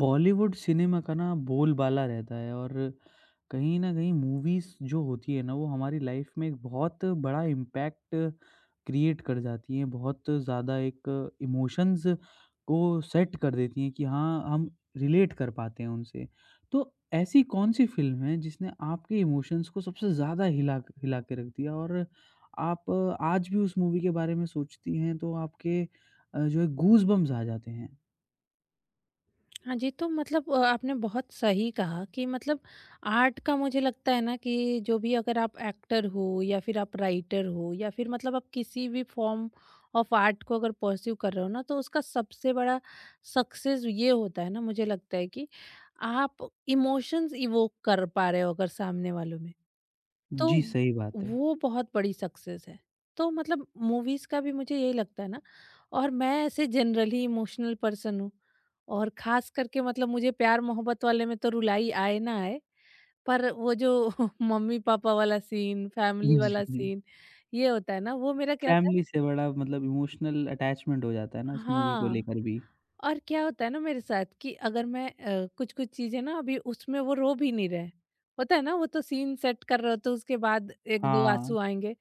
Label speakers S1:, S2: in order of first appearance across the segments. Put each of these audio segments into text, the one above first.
S1: Bollywood cinema का ना बोलबाला रहता है और कहीं न कहीं मूवीज़ जो होती है ना, वो हमारी लाइफ़ में एक बहुत बड़ा इम्पैक्ट क्रिएट कर जाती हैं। बहुत ज़्यादा एक इमोशंस को सेट कर देती हैं कि हाँ, हम रिलेट कर पाते हैं उनसे। तो ऐसी कौन-सी फ़िल्म है जिसने आपके इमोशंस को सबसे ज़्यादा हिला हिला के रख दिया और आप आज भी उस मूवी के बारे में सोचती हैं तो आपके जो है गूज़बम्प्स आ जाते हैं?
S2: हाँ जी। तो मतलब आपने बहुत सही कहा कि मतलब आर्ट का मुझे लगता है ना कि जो भी अगर आप एक्टर हो या फिर आप राइटर हो या फिर मतलब आप किसी भी फॉर्म ऑफ आर्ट को अगर परस्यू कर रहे हो ना, तो उसका सबसे बड़ा सक्सेस ये होता है ना, मुझे लगता है कि आप इमोशंस इवोक कर पा रहे हो अगर सामने वालों में, तो
S1: जी, सही बात है।
S2: वो बहुत बड़ी सक्सेस है। तो मतलब मूवीज़ का भी मुझे यही लगता है ना। और मैं ऐसे जनरली इमोशनल पर्सन हूँ और ख़ास करके मतलब मुझे प्यार-मोहब्बत वाले में तो रुलाई आए ना आए, पर वो जो मम्मी-पापा वाला सीन, फैमिली वाला
S1: जी,
S2: सीन, ये होता है ना, वो मेरा क्या होता
S1: फैमिली से बड़ा मतलब इमोशनल अटैचमेंट हो जाता है ना
S2: है,
S1: उस मूवी को
S2: हाँ।
S1: लेकर भी।
S2: और क्या होता है ना मेरे साथ कि अगर मैं कुछ-कुछ चीज़ें ना, अभी उसमें वो रो भी नहीं रहे। होता है ना, वो तो सीन सेट कर रहे हो, तो उसके बाद 1-2
S1: हाँ,
S2: आँसू आएँगे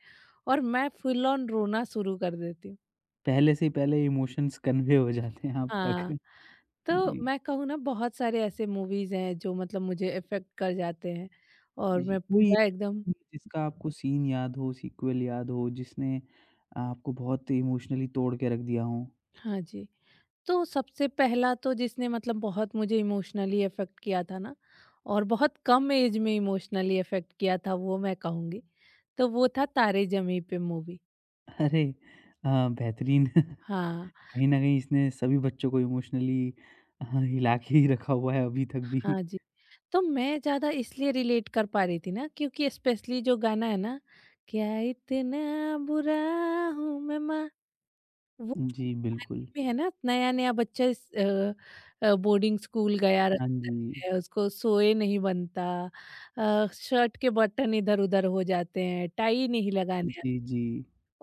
S2: और मैं फुल ऑन रोना शुरू कर देती हूँ।
S1: पहले से ही पहले इमोशंस कन्वे हो जाते हैं आप तक।
S2: हाँ, तो
S1: जी,
S2: मैं कहूँ ना, बहुत सारे ऐसे मूवीज़ हैं जो मतलब मुझे अफ़ेक्ट कर जाते हैं और
S1: जी।
S2: मैं
S1: कोई
S2: पूरा एकदम।
S1: एक जिसका आपको सीन याद हो, सीक्वल याद हो, जिसने आपको बहुत इमोशनली तोड़ के रख दिया हो?
S2: हाँ जी। तो सबसे पहला तो जिसने मतलब बहुत मुझे इमोशनली अफेक्ट किया था ना, और बहुत कम एज में इमोशनली अफेक्ट किया था, वो मैं कहूँगी, तो वो था तारे जमी पे मूवी।
S1: अरे! बेहतरीन। कहीं
S2: हाँ।
S1: न कहीं इसने सभी बच्चों को इमोशनली हिला के ही रखा हुआ है अभी तक भी।
S2: हाँ जी। तो मैं ज़्यादा इसलिए रिलेट कर पा रही थी ना क्योंकि स्पेशली जो गाना है ना, क्या इतना बुरा हूँ मैं माँ,
S1: जी, बिल्कुल।
S2: में है ना, नया-नया बच्चा बोर्डिंग स्कूल गया
S1: हाँ
S2: रहता
S1: जी।
S2: है, उसको सोए नहीं बनता, शर्ट के बटन इधर-उधर हो जाते हैं, टाई नहीं लगाने आ,
S1: जी, जी।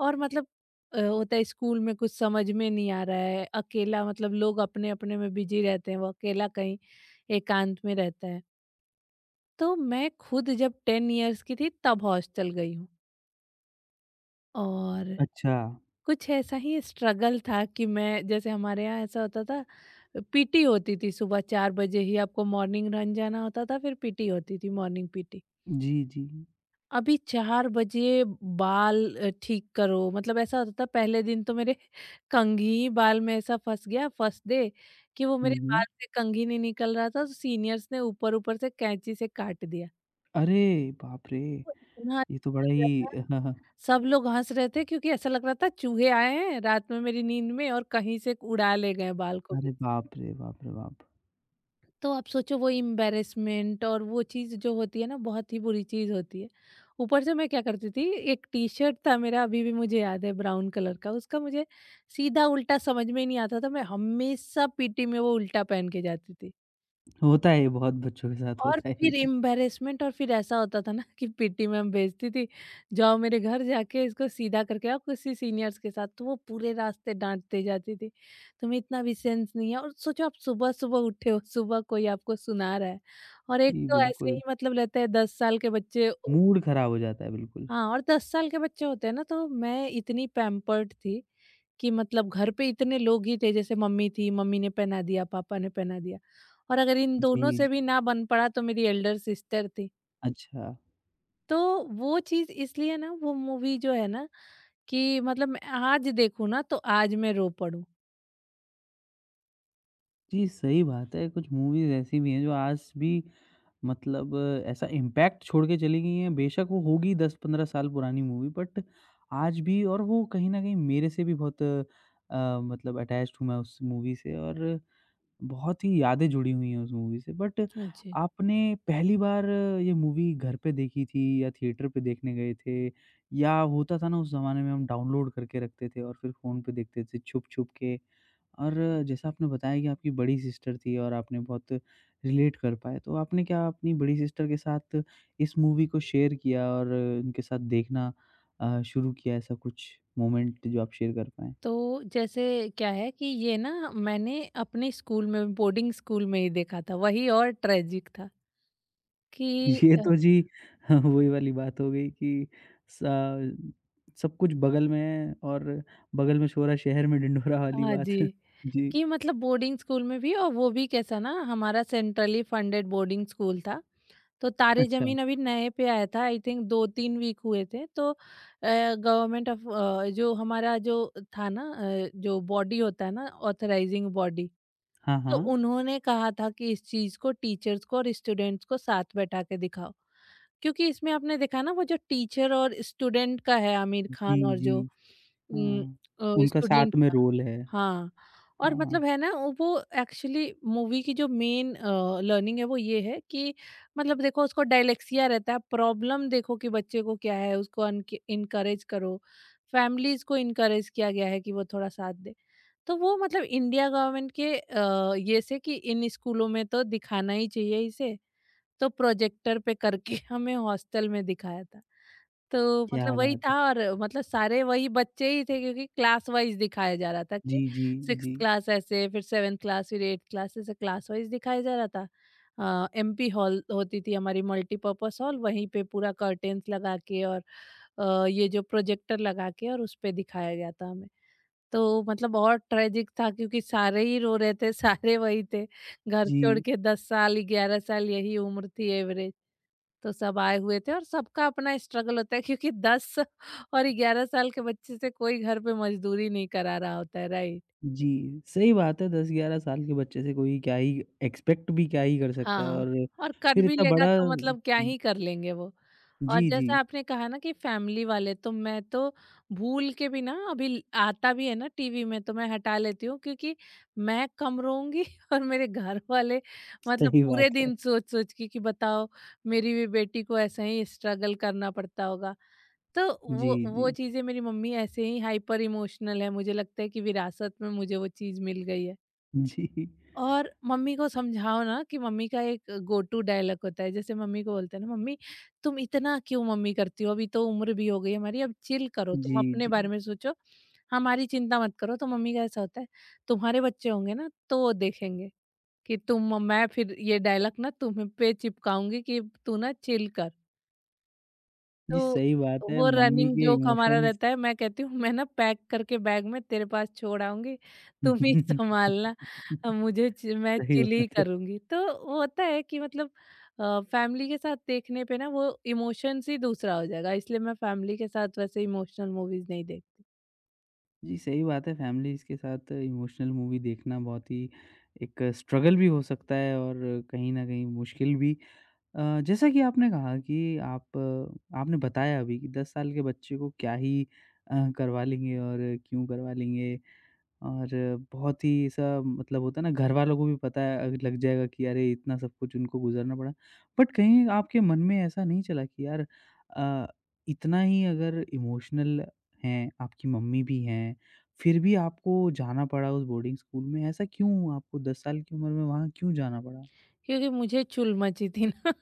S2: और मतलब होता है स्कूल में कुछ समझ में नहीं आ रहा है, अकेला, मतलब लोग अपने-अपने में बिज़ी रहते हैं, वो अकेला कहीं एकांत में रहता है। तो मैं खुद जब 10 इयर्स की थी तब हॉस्टल गई हूँ, और
S1: अच्छा।
S2: कुछ ऐसा ही स्ट्रगल था कि मैं, जैसे हमारे यहाँ ऐसा होता था, पीटी होती थी सुबह 4 बजे ही, आपको मॉर्निंग रन जाना होता था, फिर पीटी होती थी, मॉर्निंग पीटी।
S1: जी, जी।
S2: अभी 4 बजे बाल ठीक करो, मतलब ऐसा होता था। पहले दिन तो मेरे कंघी बाल में ऐसा फंस गया, फंस दे कि वो
S1: हुँ,
S2: मेरे
S1: हुँ।
S2: बाल से कंघी नहीं निकल रहा था, तो सीनियर्स ने ऊपर ऊपर से कैंची से काट दिया।
S1: अरे बाप रे!
S2: तो इतना,
S1: ये तो बड़ा ही
S2: सब लोग हंस रहे थे क्योंकि ऐसा लग रहा था चूहे आए हैं रात में मेरी नींद में और कहीं से उड़ा ले गए बाल को भी।
S1: अरे बाप रे, बाप रे बाप!
S2: तो आप सोचो, वो एम्बेरसमेंट और वो चीज़ जो होती है ना, बहुत ही बुरी चीज़ होती है। ऊपर से मैं क्या करती थी, एक टी शर्ट था मेरा, अभी भी मुझे याद है, ब्राउन कलर का, उसका मुझे सीधा उल्टा समझ में ही नहीं आता था, मैं हमेशा पीटी में वो उल्टा पहन के जाती थी।
S1: होता है ये बहुत बच्चों के साथ
S2: और
S1: होता है
S2: फिर
S1: ये।
S2: एम्बैरेसमेंट, और फिर ऐसा होता था ना कि पीटी मैम भेजती थी, जाओ मेरे घर जाके इसको सीधा करके आओ किसी सीनियर्स के साथ, तो वो पूरे रास्ते डाँटते जाती थी। तुम्हें इतना भी सेंस नहीं है, और सोचो आप सुबह-सुबह उठे हो, सुबह कोई आपको सुना रहा है, और एक
S1: जी,
S2: तो ऐसे
S1: बिल्कुल।
S2: ही मतलब रहता है 10 साल के बच्चे ओ।
S1: मूड ख़राब हो जाता है बिल्कुल।
S2: हाँ, और 10 साल के बच्चे होते हैं ना, तो मैं इतनी पैम्पर्ड थी कि मतलब घर पे इतने लोग ही थे, जैसे मम्मी थी, मम्मी ने पहना दिया, पापा ने पहना दिया, और अगर इन
S1: जी,
S2: दोनों
S1: जी।
S2: से भी ना बन पड़ा तो मेरी एल्डर सिस्टर थी।
S1: अच्छा।
S2: तो वो चीज़ इसलिए ना, वो मूवी जो है ना, कि मतलब मैं आज देखूँ ना तो आज मैं रो पड़ूँ।
S1: जी, सही बात है कुछ मूवीज़ ऐसी भी हैं जो आज भी मतलब ऐसा इम्पैक्ट छोड़ के चली गई हैं। बेशक वो होगी 10-15 साल पुरानी मूवी बट आज भी और वो कहीं न कहीं मेरे से भी बहुत मतलब अटैच्ड हूँ मैं उस मूवी से और बहुत ही यादें जुड़ी हुई हैं उस मूवी से। बट
S2: अच्छा।
S1: आपने पहली बार ये मूवी घर पे देखी थी या थिएटर पे देखने गए थे? या होता था ना उस ज़माने में हम डाउनलोड करके रखते थे और फिर फ़ोन पे देखते थे छुप-छुप के। और जैसा आपने बताया कि आपकी बड़ी सिस्टर थी और आपने बहुत रिलेट कर पाए। तो आपने क्या अपनी बड़ी सिस्टर के साथ इस मूवी को शेयर किया और उनके साथ देखना शुरू किया ऐसा कुछ मोमेंट जो आप शेयर कर पाएँ?
S2: तो जैसे क्या है कि ये ना मैंने अपने स्कूल में, बोर्डिंग स्कूल में ही देखा था, वही और ट्रेजिक था। कि
S1: ये तो जी हाँ, वही वाली बात हो गई कि सा सब कुछ बगल में है और बगल में छोरा शहर में ढिंढोरा वाली
S2: हाँ
S1: बात।
S2: जी,
S1: जी,
S2: कि मतलब बोर्डिंग स्कूल में भी, और वो भी कैसा ना, हमारा सेंट्रली फंडेड बोर्डिंग स्कूल था। तो तारे
S1: अच्छा।
S2: ज़मीन अभी नए पे आया था, आई थिंक 2-3 वीक हुए थे, तो गवर्नमेंट ऑफ जो हमारा जो था ना जो बॉडी होता है ना, ऑथराइजिंग बॉडी,
S1: हाँ,
S2: तो
S1: हाँ।
S2: उन्होंने कहा था कि इस चीज़ को टीचर्स को और स्टूडेंट्स को साथ बैठा के दिखाओ। क्योंकि इसमें आपने देखा ना, वो जो टीचर और स्टूडेंट का है, आमिर
S1: जी,
S2: खान और
S1: जी।
S2: जो
S1: हाँ, उनका
S2: स्टूडेंट,
S1: साथ में रोल है।
S2: हाँ, और
S1: हाँ, हाँ,
S2: मतलब है ना वो एक्चुअली मूवी की जो मेन लर्निंग है वो ये है कि मतलब देखो उसको डायलेक्सिया रहता है, प्रॉब्लम देखो कि बच्चे को क्या है, उसको अनके इनकरेज करो। फैमिलीज़ को इनकरेज किया गया है कि वो थोड़ा साथ दें। तो वो मतलब इंडिया गवर्नमेंट के ये से कि इन स्कूलों में तो दिखाना ही चाहिए इसे, तो प्रोजेक्टर पे करके हमें हॉस्टल में दिखाया था। तो
S1: क्या
S2: मतलब वही
S1: बात
S2: था,
S1: है।
S2: और मतलब सारे वही बच्चे ही थे क्योंकि क्लास वाइज दिखाया जा रहा था
S1: जी,
S2: कि
S1: जी,
S2: सिक्स्थ
S1: जी।
S2: क्लास, ऐसे फिर सेवेंथ क्लास, फिर एट्थ क्लास, ऐसे क्लास वाइज दिखाया जा रहा था। एमपी हॉल होती थी हमारी, मल्टीपर्पस हॉल, वहीं पे पूरा कर्टेन्स लगा के और ये जो प्रोजेक्टर लगा के और उस पे दिखाया गया था हमें। तो मतलब और ट्रेजिक था क्योंकि सारे ही रो रहे थे सारे वही थे, घर छोड़
S1: जी,
S2: के, 10 साल 11 साल यही उम्र थी एवरेज, तो सब आए हुए थे, और सबका अपना स्ट्रगल होता है क्योंकि 10 और 11 साल के बच्चे से कोई घर पे मजदूरी नहीं करा रहा होता है, राइट?
S1: जी, सही बात है 10-11 साल के बच्चे से कोई क्या ही एक्सपेक्ट भी क्या ही कर सकता है
S2: हाँ।
S1: और
S2: और कर
S1: फिर
S2: भी
S1: इतना
S2: लेगा
S1: बड़ा
S2: तो मतलब क्या ही कर लेंगे वो।
S1: जी,
S2: और
S1: जी,
S2: जैसा आपने कहा ना कि फैमिली वाले, तो मैं तो भूल के भी ना, अभी आता भी है ना टीवी में तो मैं हटा लेती हूँ क्योंकि मैं कम रोऊँगी और मेरे घर वाले मतलब
S1: सही
S2: पूरे
S1: बात है।
S2: दिन सोच-सोच के कि बताओ मेरी भी बेटी को ऐसे ही स्ट्रगल करना पड़ता होगा। तो
S1: जी,
S2: वो
S1: जी,
S2: चीज़ें, मेरी मम्मी ऐसे ही हाइपर इमोशनल है, मुझे लगता है कि विरासत में मुझे वो चीज़ मिल गई है।
S1: जी,
S2: और मम्मी को समझाओ ना, कि मम्मी का एक गो टू डायलॉग होता है, जैसे मम्मी को बोलते हैं ना, मम्मी तुम इतना क्यों मम्मी करती हो, अभी तो उम्र भी हो गई हमारी, अब चिल करो,
S1: जी,
S2: तुम अपने
S1: जी।
S2: बारे में सोचो, हमारी चिंता मत करो, तो मम्मी का ऐसा होता है, तुम्हारे बच्चे होंगे ना, तो वो देखेंगे कि तुम, मैं फिर ये डायलॉग ना तुम्हें पे चिपकाऊंगी कि तू ना चिल कर।
S1: जी,
S2: तो
S1: सही बात है,
S2: वो
S1: मम्मी
S2: रनिंग
S1: के
S2: जोक हमारा
S1: इमोशंस
S2: रहता है, मैं कहती हूँ मैं ना पैक करके बैग में तेरे पास छोड़ आऊँगी, तुम ही सँभालना, अ, मुझे चि मैं
S1: सही
S2: चिल ही
S1: बात है।
S2: करूँगी। तो वो होता है कि मतलब फैमिली के साथ देखने पे ना वो इमोशंस ही दूसरा हो जाएगा, इसलिए मैं फैमिली के साथ वैसे इमोशनल मूवीज़ नहीं देखती,
S1: जी, सही बात है फैमिलीज़ के साथ इमोशनल मूवी देखना बहुत ही एक स्ट्रगल भी हो सकता है और कहीं न कहीं मुश्किल भी। जैसा कि आपने कहा कि आप आपने बताया अभी कि 10 साल के बच्चे को क्या ही करवा लेंगे और क्यों करवा लेंगे। और बहुत ही ऐसा मतलब होता है ना घरवालों को भी पता है लग जाएगा कि अरे इतना सब कुछ उनको गुज़रना पड़ा। बट कहीं आपके मन में ऐसा नहीं चला कि यार अ, इतना ही अगर इमोशनल हैं, आपकी मम्मी भी हैं, फिर भी आपको जाना पड़ा उस बोर्डिंग स्कूल में, ऐसा क्यों? आपको 10 साल की उम्र में वहाँ क्यों जाना पड़ा?
S2: क्योंकि मुझे चुल मची थी ना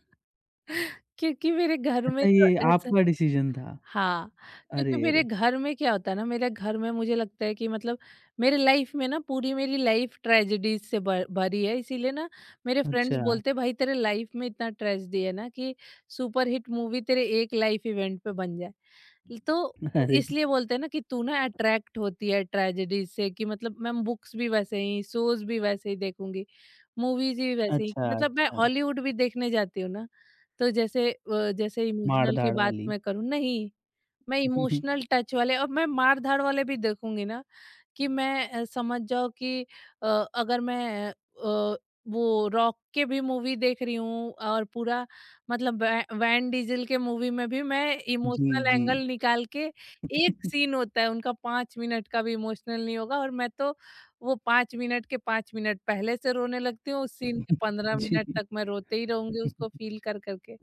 S2: क्योंकि मेरे घर में
S1: अच्छा
S2: तो
S1: ये
S2: ऐसा,
S1: आपका डिसीज़न था।
S2: हाँ, क्योंकि
S1: अरे,
S2: मेरे
S1: अरे!
S2: घर में क्या होता है ना, मेरे घर में मुझे लगता है कि मतलब मेरे लाइफ़ में ना, पूरी मेरी लाइफ़ ट्रेजेडीज़ से भ भरी है, इसीलिए ना मेरे फ्रेंड्स
S1: अच्छा,
S2: बोलते हैं, "भाई तेरे लाइफ़ में इतना ट्रेजेडी है ना कि सुपर हिट मूवी तेरे एक लाइफ़ इवेंट पे बन जाए।" तो
S1: अरे!
S2: इसलिए बोलते हैं ना कि तू ना अट्रैक्ट होती है ट्रेजेडीज़ से, कि मतलब मैं बुक्स भी वैसे ही, शोज़ भी वैसे ही देखूँगी, मूवीज़ भी वैसे ही, कि
S1: अच्छा,
S2: मतलब मैं
S1: अच्छा।
S2: हॉलीवुड भी देखने जाती हूँ ना, तो जैसे जैसे इमोशनल की
S1: मार-धाड़
S2: बात
S1: वाली।
S2: मैं करूँ नहीं, मैं इमोशनल टच वाले और मैं मार-धाड़ वाले भी देखूँगी ना, कि मैं, समझ जाओ कि अ, अगर मैं अ, वो रॉक के भी मूवी देख रही हूँ और पूरा मतलब वै वैन डीज़ल के मूवी में भी मैं
S1: जी,
S2: इमोशनल
S1: जी।
S2: एंगल निकाल के, एक सीन होता है उनका 5 मिनट का भी, इमोशनल नहीं होगा और मैं तो वो 5 मिनट के 5 मिनट पहले से रोने लगती हूँ, उस सीन के 15
S1: जी।
S2: मिनट तक मैं रोते ही रहूँगी उसको फ़ील कर-कर के।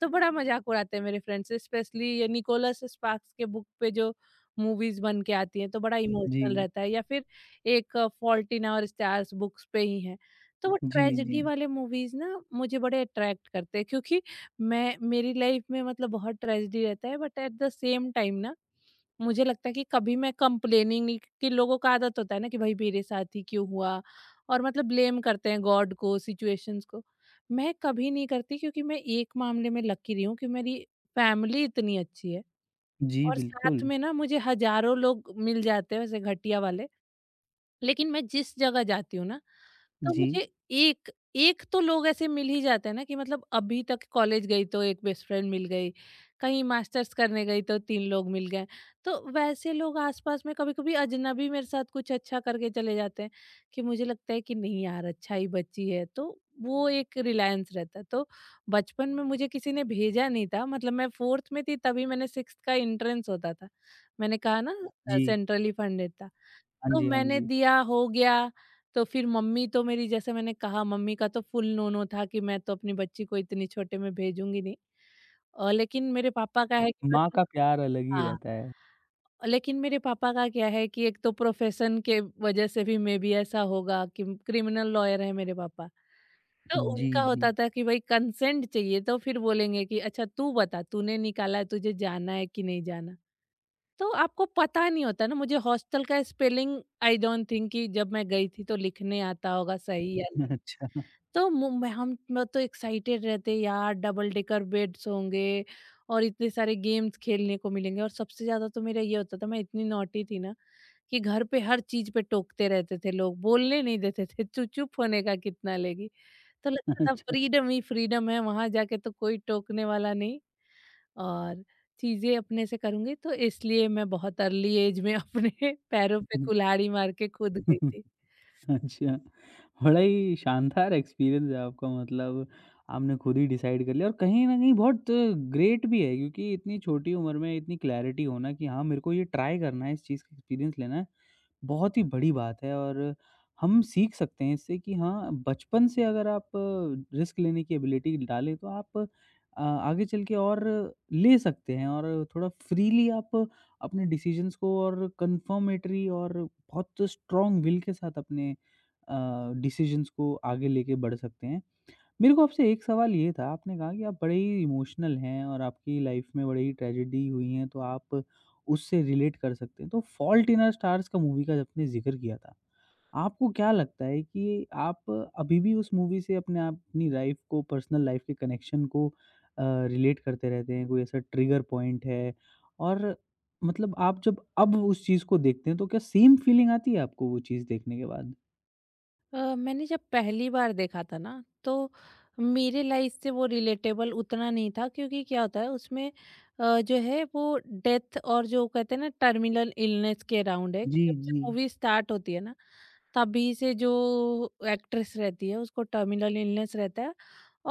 S2: तो बड़ा मज़ाक उड़ाते हैं मेरे फ्रेंड्स, स्पेशली ये निकोलस स्पार्क्स के बुक पे जो मूवीज़ बन के आती हैं तो बड़ा इमोशनल
S1: जी,
S2: रहता है, या फिर एक fault in our stars, books पे ही है। तो वो
S1: जी, जी।
S2: ट्रेजेडी वाले मूवीज़ ना मुझे बड़े अट्रैक्ट करते हैं, क्योंकि मैं, मेरी लाइफ में मतलब बहुत ट्रेजेडी रहता है, but at the same time ना मुझे लगता है कि कभी मैं कंप्लेनिंग नहीं, कि लोगों का आदत होता है ना कि भाई मेरे साथ ही क्यों हुआ, और मतलब ब्लेम करते हैं गॉड को, सिचुएशंस को, मैं कभी नहीं करती क्योंकि मैं एक मामले में लकी रही हूँ कि मेरी फैमिली इतनी अच्छी है,
S1: जी,
S2: और साथ
S1: बिल्कुल।
S2: में ना मुझे हजारों लोग मिल जाते हैं वैसे घटिया वाले, लेकिन मैं जिस जगह जाती हूँ ना, तो
S1: जी,
S2: मुझे एक, एक तो लोग ऐसे मिल ही जाते हैं ना कि मतलब अभी तक कॉलेज गई तो एक बेस्ट फ्रेंड मिल गई, कहीं मास्टर्स करने गई तो 3 लोग मिल गए। तो वैसे लोग आसपास में कभी-कभी अजनबी मेरे साथ कुछ अच्छा करके चले जाते हैं कि मुझे लगता है कि नहीं यार अच्छा ही बच्ची है, तो वो एक रिलायंस रहता है। तो बचपन में मुझे किसी ने भेजा नहीं था, मतलब मैं 4th में थी तभी मैंने 6th का एंट्रेंस होता था। मैंने कहा ना।
S1: जी।
S2: सेंट्रली फंडेड था।
S1: हाँ
S2: तो
S1: जी, हाँ
S2: मैंने
S1: जी।
S2: दिया हो गया। तो फिर मम्मी तो मेरी, जैसे मैंने कहा, मम्मी का तो फुल no-no था कि मैं तो अपनी बच्ची को इतनी छोटे में भेजूँगी नहीं। लेकिन मेरे पापा का है कि
S1: माँ
S2: मतलब।
S1: का प्यार अलग ही
S2: हाँ।
S1: रहता है।
S2: लेकिन मेरे पापा का क्या है कि एक तो प्रोफ़ेशन के वजह से भी मे बी ऐसा होगा कि क्रिमिनल लॉयर हैं मेरे पापा। तो
S1: जी,
S2: उनका
S1: जी।
S2: होता था कि भई कंसेंट चाहिए, तो फिर बोलेंगे कि अच्छा तू बता, तूने निकाला है, तुझे जाना है कि नहीं जाना? तो आपको पता नहीं होता ना, मुझे हॉस्टल का स्पेलिंग आई डोंट थिंक कि जब मैं गई थी तो लिखने आता होगा सही या नहीं।
S1: अच्छा,
S2: तो मु- मैं हम मैं तो एक्साइटेड रहते यार, डबल डेकर बेड्स होंगे और इतने सारे गेम्स खेलने को मिलेंगे, और सबसे ज्यादा तो मेरा ये होता था मैं इतनी नॉटी थी ना कि घर पे हर चीज पे टोकते रहते थे, लोग बोलने नहीं देते थे, चुप चुप होने का कितना लेगी। तो लगता था
S1: अच्छा।
S2: फ्रीडम ही फ्रीडम है वहां जाके, तो कोई टोकने वाला नहीं। और चीज़ें अपने से करूँगी, तो इसलिए मैं बहुत अर्ली एज में अपने पैरों पे कुल्हाड़ी मार के कूद गई थी।
S1: अच्छा, बड़ा ही शानदार एक्सपीरियंस है आपका मतलब आपने खुद ही डिसाइड कर लिया और कहीं न कहीं बहुत ग्रेट भी है क्योंकि इतनी छोटी उम्र में इतनी क्लैरिटी होना कि हाँ, मेरे को ये ट्राई करना है, इस चीज़ का एक्सपीरियंस लेना है, बहुत ही बड़ी बात है और हम सीख सकते हैं इससे कि हाँ, बचपन से अगर आप रिस्क लेने की एबिलिटी डालें तो आप आगे चल के और ले सकते हैं और थोड़ा फ्रीली आप अपने डिसीज़न्स को और कन्फर्मेटरी और बहुत स्ट्रॉन्ग विल के साथ अपने डिसीज़न्स को आगे लेके बढ़ सकते हैं। मेरे को आपसे एक सवाल ये था, आपने कहा कि आप बड़े ही इमोशनल हैं और आपकी लाइफ़ में बड़ी ही ट्रेजेडी हुई हैं, तो आप उससे रिलेट कर सकते हैं। तो फ़ॉल्ट इन आवर स्टार्स का मूवी का आपने ज़िक्र किया था। आपको क्या लगता है कि आप अभी भी उस मूवी से अपने आप अपनी लाइफ़ को, पर्सनल लाइफ़ के कनेक्शन को अ, रिलेट करते रहते हैं? कोई ऐसा ट्रिगर पॉइंट है? और मतलब आप जब अब उस चीज़ को देखते हैं, तो क्या सेम फीलिंग आती है आपको वो चीज़ देखने के बाद?
S2: मैंने जब पहली बार देखा था ना तो मेरे लाइफ से वो रिलेटेबल उतना नहीं था, क्योंकि क्या होता है उसमें जो है वो डेथ और जो कहते हैं ना टर्मिनल इलनेस के अराउंड है। कि
S1: जी,
S2: जब से
S1: जी।
S2: मूवी स्टार्ट होती है ना, तभी से जो एक्ट्रेस रहती है उसको टर्मिनल इलनेस रहता है,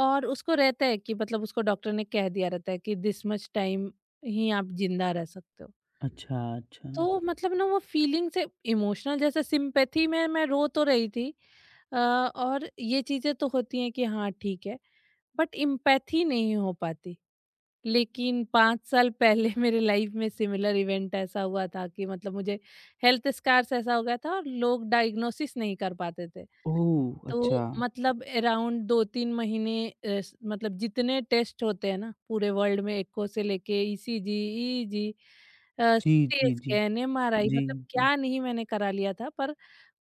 S2: और उसको रहता है कि मतलब उसको डॉक्टर ने कह दिया रहता है कि दिस मच टाइम ही आप जिंदा रह सकते हो।
S1: अच्छा, अच्छा।
S2: तो मतलब ना वो फीलिंग से इमोशनल, जैसे सिंपैथी में मैं रो तो रही थी, और ये चीजें तो होती हैं कि हाँ ठीक है, बट इम्पैथी नहीं हो पाती। लेकिन 5 साल पहले मेरे लाइफ में सिमिलर इवेंट ऐसा हुआ था कि मतलब मुझे हेल्थ स्कार्स ऐसा हो गया था, और लोग डायग्नोसिस नहीं कर पाते थे।
S1: ओह! अच्छा।
S2: तो मतलब अराउंड 2-3 महीने अ, स मतलब जितने टेस्ट होते हैं ना पूरे वर्ल्ड में, एको से लेके ईसीजी, ईईजी,
S1: जी,
S2: सीटी
S1: जी, जी।
S2: स्कैन, एमआरआई,
S1: जी,
S2: मतलब
S1: जी।
S2: क्या नहीं मैंने करा लिया था। पर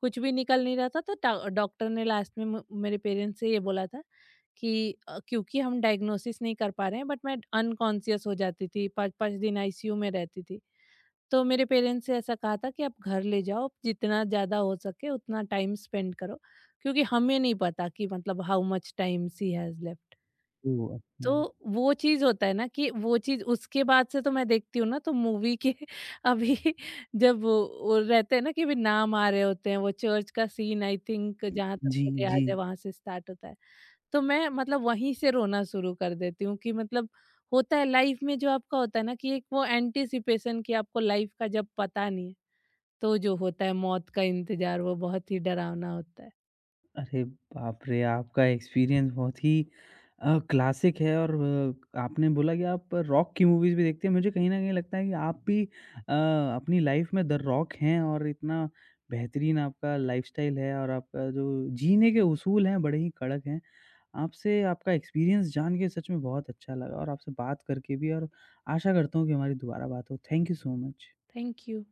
S2: कुछ भी निकल नहीं रहा था, तो टा डॉक्टर ने लास्ट में म मेरे पेरेंट्स से ये बोला था कि क्योंकि हम डायग्नोसिस नहीं कर पा रहे हैं, बट मैं अनकॉन्शियस हो जाती थी, 5-5 दिन आईसीयू में रहती थी। तो मेरे पेरेंट्स ने ऐसा कहा था कि आप घर ले जाओ, जितना ज़्यादा हो सके उतना टाइम स्पेंड करो, क्योंकि हमें नहीं पता कि मतलब how much time see has left.
S1: Oh! अच्छा।
S2: तो वो चीज़ होता है ना, कि वो चीज़ उसके बाद से तो मैं देखती हूँ ना तो मूवी के अभी जब वो रहते हैं ना कि अभी नाम आ रहे होते हैं, वो चर्च का सीन आई थिंक, जहाँ तक
S1: जी,
S2: मुझे याद
S1: जी।
S2: है वहां से स्टार्ट होता है। तो मैं मतलब वहीं से रोना शुरू कर देती हूँ कि मतलब होता है लाइफ में। जो आपका होता है ना कि एक वो एंटिसिपेशन, कि आपको लाइफ का जब पता नहीं है तो जो होता है मौत का इंतजार, वो बहुत ही डरावना होता है।
S1: अरे बाप रे! आपका एक्सपीरियंस बहुत ही क्लासिक है और आपने बोला कि आप रॉक की मूवीज़ भी देखते हैं। मुझे कहीं न कहीं लगता है कि आप भी अपनी लाइफ़ में द रॉक हैं और इतना बेहतरीन आपका लाइफ़स्टाइल है और आपका जो जीने के उसूल हैं, बड़े ही कड़क हैं। आपसे आपका एक्सपीरियंस जान के सच में बहुत अच्छा लगा और आपसे बात करके भी और आशा करता हूँ कि हमारी दोबारा बात हो। Thank you so much.
S2: Thank you.